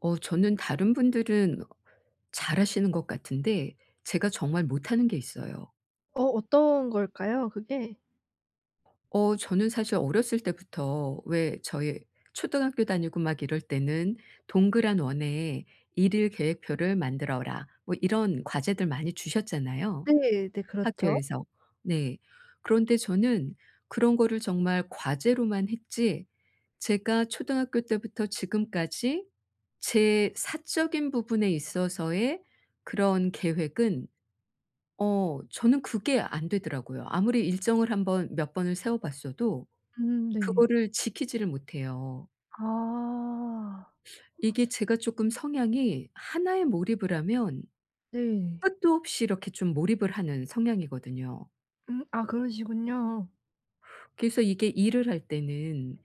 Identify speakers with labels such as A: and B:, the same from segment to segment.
A: 저는 다른 분들은 잘하시는 것 같은데 제가 정말 못하는 게 있어요.
B: 어떤 걸까요 그게?
A: 저는 사실 어렸을 때부터 왜 저희 초등학교 다니고 막 이럴 때는 "동그란 원에 일일 계획표를 만들어라." 뭐 이런 과제들 많이 주셨잖아요,
B: 네. 네. 그렇죠.
A: 학교에서. 네. 그런데 저는 그런 거를 정말 과제로만 했지, 제가 초등학교 때부터 지금까지 제 사적인 부분에 있어서의 그런 계획은 저는 그게 안 되더라고요. 아무리 일정을 한번 몇 번을 세워 봤어도
B: 네.
A: 그거를 지키지를 못해요.
B: 아.
A: 이게, 제가 쪼끔 성향이 하나에 몰입을 하면
B: 네.
A: 끝도 없이 이렇게 좀 몰입을 하는 성향이거든요.
B: 아 그러시군요.
A: 그래서 이게 일을 할 때는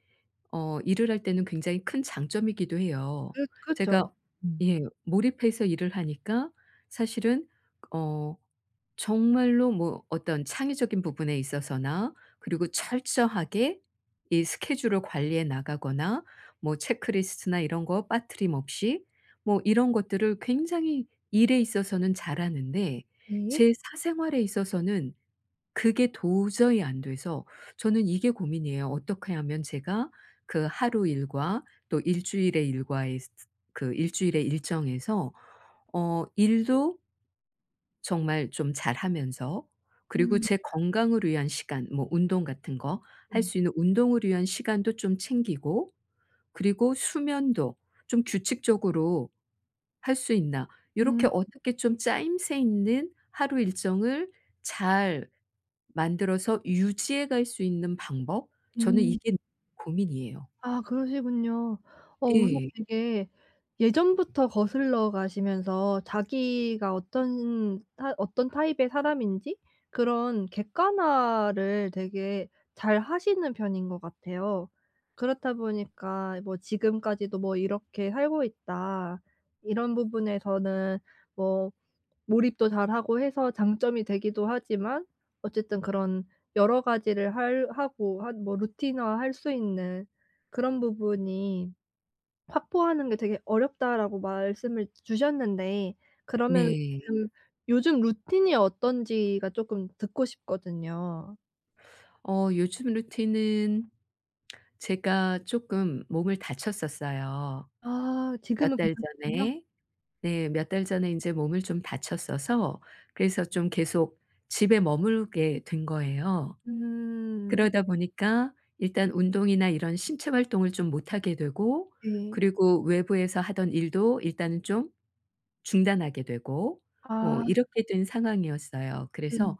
A: 어 일을 할 때는 굉장히 큰 장점이기도 해요.
B: 그렇
A: 제가,
B: 그렇죠. 음.
A: 예, 몰입해서 일을 하니까 사실은 어 정말로 뭐 어떤 창의적인 부분에 있어서나, 그리고 철저하게 이 스케줄을 관리해 나가거나, 뭐 체크리스트나 이런 거 빠트림 없이, 뭐 이런 것들을 굉장히 일에 있어서는 잘하는데,
B: 네.
A: 제 사생활에 있어서는 그게 도저히 안 돼서 저는 이게 고민이에요. 어떻게 하면 제가 그 하루 일과, 또 일주일의 일과의 스 그 일주일의 일정에서 일도 정말 좀 잘하면서, 그리고
B: 음
A: 제 건강을 위한 시간, 뭐 운동 같은 거 할
B: 네.
A: 수 있는 운동을 위한 시간도 좀 챙기고, 그리고 수면도 좀 규칙적으로 할 수 있나, 요렇게
B: 음
A: 어떻게 좀 짜임새 있는 하루 일정을 잘 만들어서 유지해 갈 수 있는 방법? 저는
B: 음.
A: 이게 고민이에요.
B: 아 그러시군요. 우선
A: 네.
B: 되게 예전부터 거슬러 가시면서 자기가 어떤 타입의 사람인지 그런 객관화를 되게 잘 하시는 편인 것 같아요. 그렇다 보니까 뭐 지금까지도 뭐 '이렇게 살고 있다.' 이런 부분에서는 뭐 몰입도 잘하고 해서 장점이 되기도 하지만 어쨌든 그런 여러 가지를 할 하고 한 뭐 루틴화할 수 있는 그런 부분이 확보하는 게 되게 어렵다라고 말씀을 주셨는데, 그러면
A: 네.
B: 지금 요즘 루틴이 어떤지가 쪼끔 듣고 싶거든요.
A: 요즘 루틴은 제가 쪼끔 몸을 다쳤었어요,
B: 아
A: 몇
B: 지금은
A: 달
B: 괜찮으세요?
A: 전에. 네. 몇 달 전에 이제 몸을 좀 다쳤어서 그래서 좀 계속 집에 머무르게 된 거예요.
B: 음.
A: 그러다 보니까 일단 운동이나 이런 신체 활동을 좀 못 하게 되고,
B: 네.
A: 그리고 외부에서 하던 일도 일단은 좀 중단하게 되고, 뭐
B: 아
A: 이렇게 된 상황이었어요.
B: 네.
A: 그래서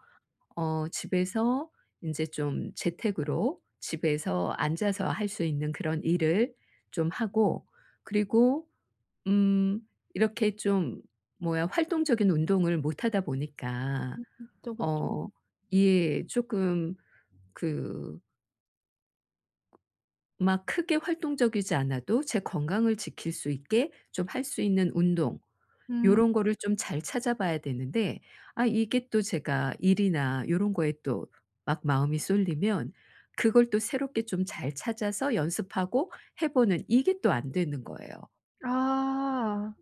A: 집에서 이제 좀 재택으로 집에서 앉아서 할 수 있는 그런 일을 좀 하고, 그리고 음 이렇게 좀, 뭐야, 활동적인 운동을 못 하다 보니까
B: 그쵸, 그쵸.
A: 어 예, 조금 그 막 크게 활동적이지 않아도 제 건강을 지킬 수 있게 좀 할 수 있는 운동,
B: 음.
A: 요런 거를 좀 잘 찾아봐야 되는데, 아, 이게 또 제가 일이나 요런 거에 또 막 마음이 쏠리면 그걸 또 새롭게 좀 잘 찾아서 연습하고 해 보는, 이게 또 안 되는 거예요.
B: 아.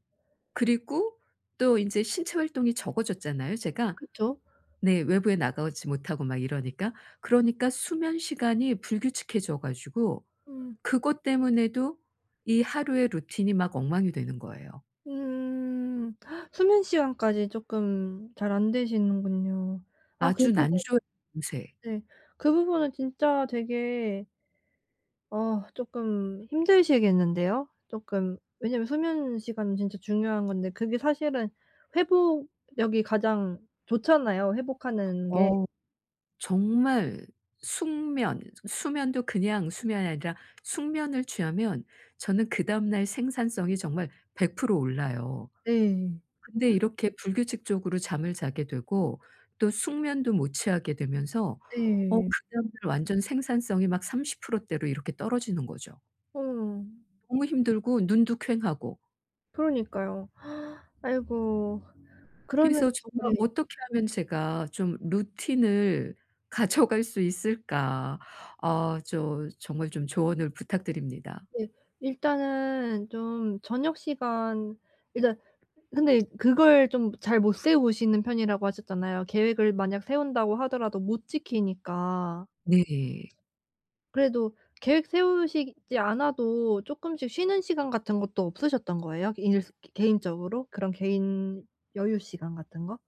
A: 그리고 또 이제 신체 활동이 적어졌잖아요, 제가.
B: 그쵸.
A: 네. 외부에 나가지 못하고 막 이러니까. 그러니까 수면 시간이 불규칙해져 가지고
B: 음.
A: 그것 때문에도 이 하루의 루틴이 막 엉망이 되는 거예요.
B: 음. 수면 시간까지 쪼끔 잘 안 되시는군요. 아 그
A: 아주
B: 부분.
A: 난조예요, 요새.
B: 네. 그 부분은 진짜 되게 쪼끔 힘드시겠는데요. 쪼끔 왜냐면 수면 시간은 진짜 중요한 건데 그게 사실은 회복력이 가장 좋잖아요, 회복하는 게.
A: 어 정말 숙면, 수면도 그냥 수면이 아니라 숙면을 취하면 저는 그다음 날 생산성이 정말 100% 올라요.
B: 네.
A: 근데 이렇게 불규칙적으로 잠을 자게 되고 또 숙면도 못 취하게 되면서
B: 네.
A: 그다음날 완전 생산성이 막 30% 대로 이렇게 떨어지는 거죠.
B: 어.
A: 너무 힘들고 눈도 퀭하고.
B: 그러니까요. 아이고. 그러면,
A: 그래서 정말
B: 네.
A: '어떻게 하면 제가 좀 루틴을 가져갈 수 있을까?' 아, 저 정말 좀 조언을 부탁드립니다.
B: 네. 일단은 좀 저녁 시간, 일단, 근데 그걸 좀 잘 못 세우시는 편이라고 하셨잖아요. 계획을 만약 세운다고 하더라도 못 지키니까.
A: 네.
B: 그래도 계획 세우시지 않아도 쪼끔씩 쉬는 시간 같은 것도 없으셨던 거예요? 일 개인적으로? 그런 개인 여유 시간 같은 거?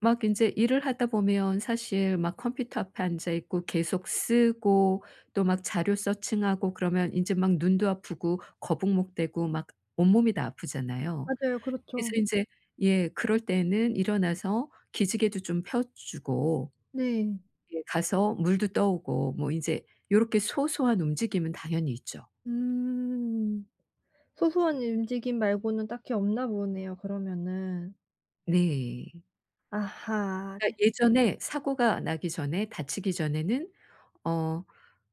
A: 막 인제 일을 하다 보면 사실 막 컴퓨터 앞에 앉아 있고 계속 쓰고 또 막 자료 서칭하고 그러면, 인제 막 눈도 아프고 거북목되고 막 온몸이 다 아프잖아요.
B: 맞아요.
A: 그래서
B: 그렇죠.
A: 인제, 예, 그럴 때는 일어나서 기지개도 좀 펴 주고,
B: 네.
A: 예, 가서 물도 떠오고, 뭐 인제 요렇게 소소한 움직임은 당연히 있죠.
B: 음. 소소한 움직임 말고는 딱히 없나 보네요, 그러면은.
A: 네.
B: 아하.
A: 그러니까
B: 네.
A: 예전에 사고가 나기 전에, 다치기 전에는 어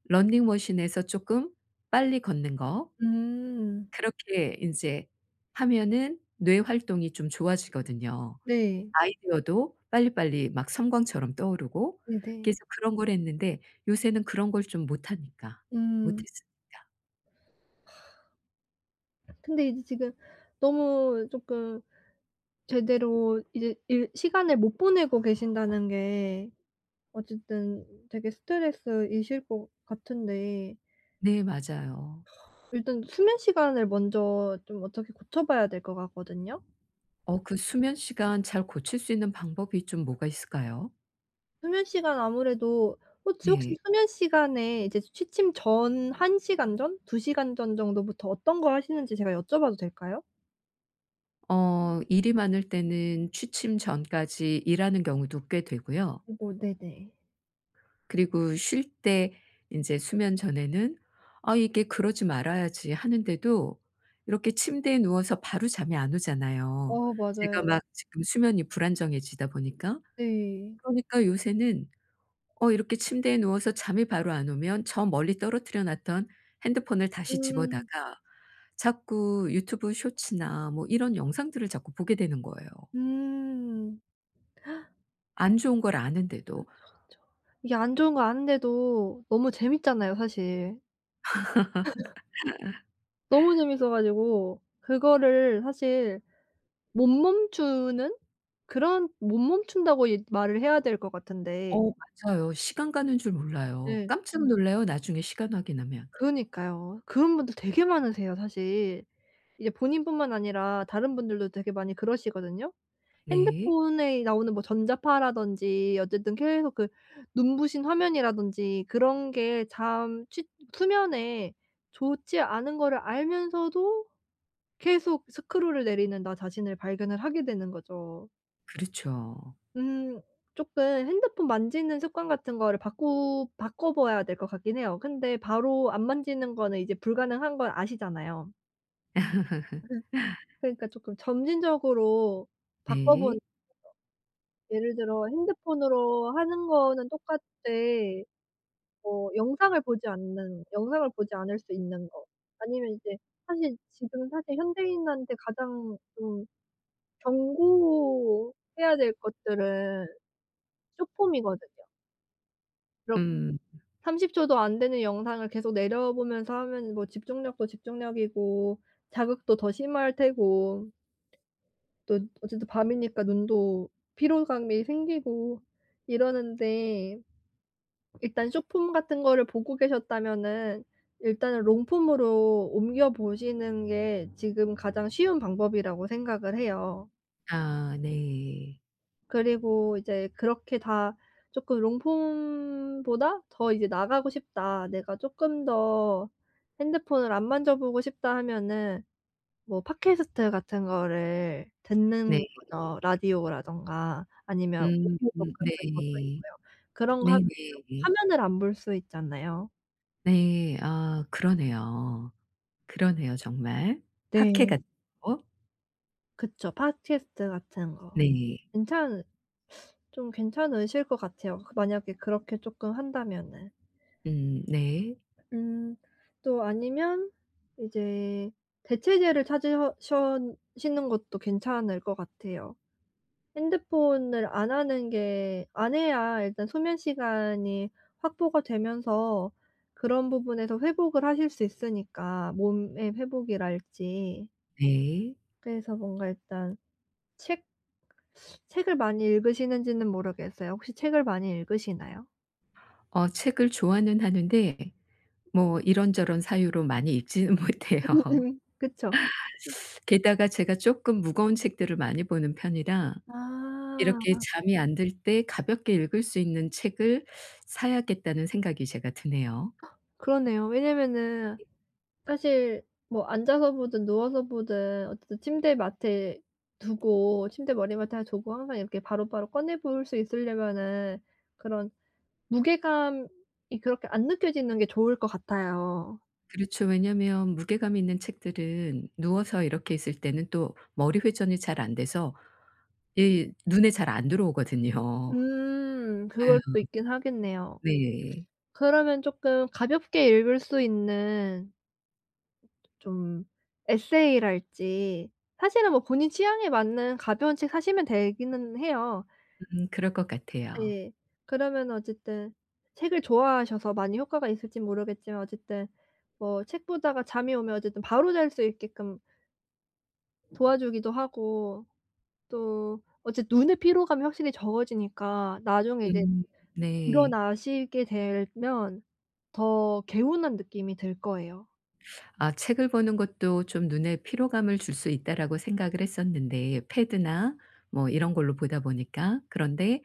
A: 러닝머신에서 쪼끔 빨리 걷는 거,
B: 음.
A: 그렇게 인제 하면은 뇌 활동이 좀 좋아지거든요.
B: 네.
A: 아이디어도 빨리빨리 막 섬광처럼 떠오르고,
B: 네네.
A: 그래서 그런 걸 했는데 요새는 그런 걸 좀 못하니까
B: 음.
A: 못했습니다.
B: 근데 이제 지금 너무 쪼끔 제대로 이제 일 시간을 못 보내고 계신다는 게 어쨌든 되게 스트레스이실 것 같은데,
A: 네, 맞아요.
B: 일단 수면 시간을 먼저 좀 어떻게 고쳐 봐야 될 것 같거든요.
A: 그 수면 시간 잘 고칠 수 있는 방법이 좀 뭐가 있을까요?
B: 수면 시간 아무래도, 혹시
A: 네.
B: 수면 시간에 이제 취침 전 1시간 시간 전, 2시간 시간 전 정도부터 어떤 거 하시는지 제가 여쭤봐도 될까요?
A: 일이 많을 때는 취침 전까지 일하는 경우도 꽤 되고요.
B: 아이고 네네.
A: 그리고 쉴 때 이제 수면 전에는 '아, 이게 그러지 말아야지.' 하는데도 이렇게 침대에 누워서 바로 잠이 안 오잖아요. 제가
B: 맞아요.
A: 막 지금 수면이 불안정해지다 보니까.
B: 네.
A: 그러니까 요새는 이렇게 침대에 누워서 잠이 바로 안 오면 저 멀리 떨어뜨려 놨던 핸드폰을 다시
B: 음.
A: 집어다가 자꾸 유튜브 쇼츠나 뭐 이런 영상들을 자꾸 보게 되는 거예요.
B: 음.
A: 안 좋은 걸 아는데도.
B: 그쵸. 이게 안 좋은 거 아는데도 너무 재밌잖아요 사실. 너무 재밌어 가지고 그거를 사실 못 멈추는, 그런, 못 멈춘다고 이 말을 해야 될 것 같은데.
A: 어, 맞아요. 시간 가는 줄 몰라요.
B: 네.
A: 깜짝 놀라요, 나중에 시간 확인하면.
B: 그러니까요. 그런 분들 되게 많으세요 사실. 이제 본인뿐만 아니라 다른 분들도 되게 많이 그러시거든요.
A: 네.
B: 핸드폰에 나오는 뭐 전자파라든지, 어쨌든 계속 그 눈부신 화면이라든지, 그런 게 잠 취 수면에 좋지 않은 거를 알면서도 계속 스크롤을 내리는 나 자신을 발견을 하게 되는 거죠.
A: 그렇죠.
B: 음 쪼끔 핸드폰 만지는 습관 같은 거를 바꾸 바꿔 봐야 될 것 같긴 해요. 근데 바로 안 만지는 거는 이제 불가능한 건 아시잖아요. 그러니까 쪼끔 점진적으로
A: 네.
B: 바꿔보는, 예를 들어 핸드폰으로 하는 거는 똑같되 영상을 보지 않을 수 있는 거. 아니면 이제, 사실 지금 사실 현대인한테 가장 좀 경고해야 될 것들은 숏폼이거든요. 그렇
A: 음.
B: 30초 초도 안 되는 영상을 계속 내려보면서 하면 뭐 집중력도 집중력이고 자극도 더 심할 테고 또 어쨌든 밤이니까 눈도 피로감이 생기고 이러는데, 일단 숏폼 같은 거를 보고 계셨다면은 일단은 롱폼으로 옮겨 보시는 게 지금 가장 쉬운 방법이라고 생각을 해요.
A: 아, 네.
B: 그리고 이제 그렇게 다 쪼끔 '롱폼보다 더 이제 나가고 싶다. 내가 쪼끔 더 핸드폰을 안 만져보고 싶다.' 하면은 뭐 팟캐스트 같은 거를 듣는
A: 네.
B: 거죠. 라디오라든가 아니면
A: 음,
B: 오디오북
A: 네.
B: 같은 것도 있고요. 그런 거 하면
A: 네네.
B: 좀
A: 네.
B: 화면을 안 볼 수 있잖아요.
A: 네. 아, 그러네요. 그러네요, 정말. 파케
B: 네.
A: 같은 거.
B: 그쵸. 팟캐스트 같은 거.
A: 네.
B: 괜찮으 좀 괜찮으실 것 같아요. 그 만약에 그렇게 쪼끔 한다면은.
A: 음, 네.
B: 음 또 아니면 이제 대체제를 찾으셔 셔 시는 것도 괜찮을 것 같아요. 핸드폰을 안 하는 게, 안 해야 일단 수면 시간이 확보가 되면서 그런 부분에서 회복을 하실 수 있으니까, 몸의 회복이랄지.
A: 네.
B: 그래서 뭔가 일단 책 책을 많이 읽으시는지는 모르겠어요. 혹시 책을 많이 읽으시나요?
A: 책을 좋아는 하는데 뭐 이런저런 사유로 많이 읽지는
B: 음
A: 못해요.
B: 그쵸.
A: 게다가 제가 쪼끔 무거운 책들을 많이 보는 편이라 이렇게
B: 아
A: 잠이 안 들 때 가볍게 읽을 수 있는 책을 사야겠다는 생각이 제가 드네요.
B: 그러네요. 왜냐면은 사실 뭐 앉아서 보든 누워서 보든 어쨌든 침대 맡에 두고, 침대 머리맡에 하나 두고 항상 이렇게 바로바로 꺼내 볼 수 있으려면은 그런 무게감이 그렇게 안 느껴지는 게 좋을 것 같아요.
A: 그렇죠. 왜냐면 무게감 있는 책들은 누워서 이렇게 있을 때는 또 머리 회전이 잘 안 돼서 이 눈에 잘 안 들어오거든요. 아유,
B: 그것도 있긴 하겠네요.
A: 네.
B: 그러면 쪼끔 가볍게 읽을 수 있는 좀 에세이랄지, 사실은 뭐 본인 취향에 맞는 가벼운 책 사시면 되기는 해요.
A: 그럴 것 같아요.
B: 네. 그러면 어쨌든 책을 좋아하셔서 많이 효과가 있을진 모르겠지만, 어쨌든 뭐 책 보다가 잠이 오면 어쨌든 바로 잘 수 있게끔 도와주기도 하고, 또 어쨌든 눈의 피로감이 확실히 적어지니까 나중에 이제
A: 음, 네.
B: 일어나시게 되면 더 개운한 느낌이 들 거예요.
A: 아, 책을 보는 것도 좀 '눈에 피로감을 줄 수 있다.'라고 생각을 했었는데 패드나 뭐 이런 걸로 보다 보니까. 그런데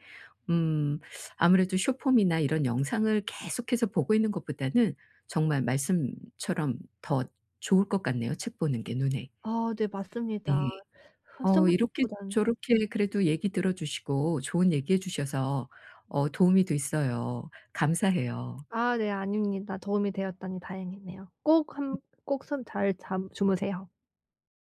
A: 음 아무래도 쇼폼이나 이런 영상을 계속해서 보고 있는 것보다는 정말 말씀처럼 더 좋을 것 같네요, 책 보는 게 눈에.
B: 아 네 맞습니다.
A: 네. 이렇게
B: 스마트보단.
A: 저렇게 그래도 얘기 들어 주시고 좋은 얘기해 주셔서 도움이 됐어요. 감사해요.
B: 아 네. 아닙니다. 도움이 되었다니 다행이네요. 꼭 한, 꼭 손 잘 잠 주무세요.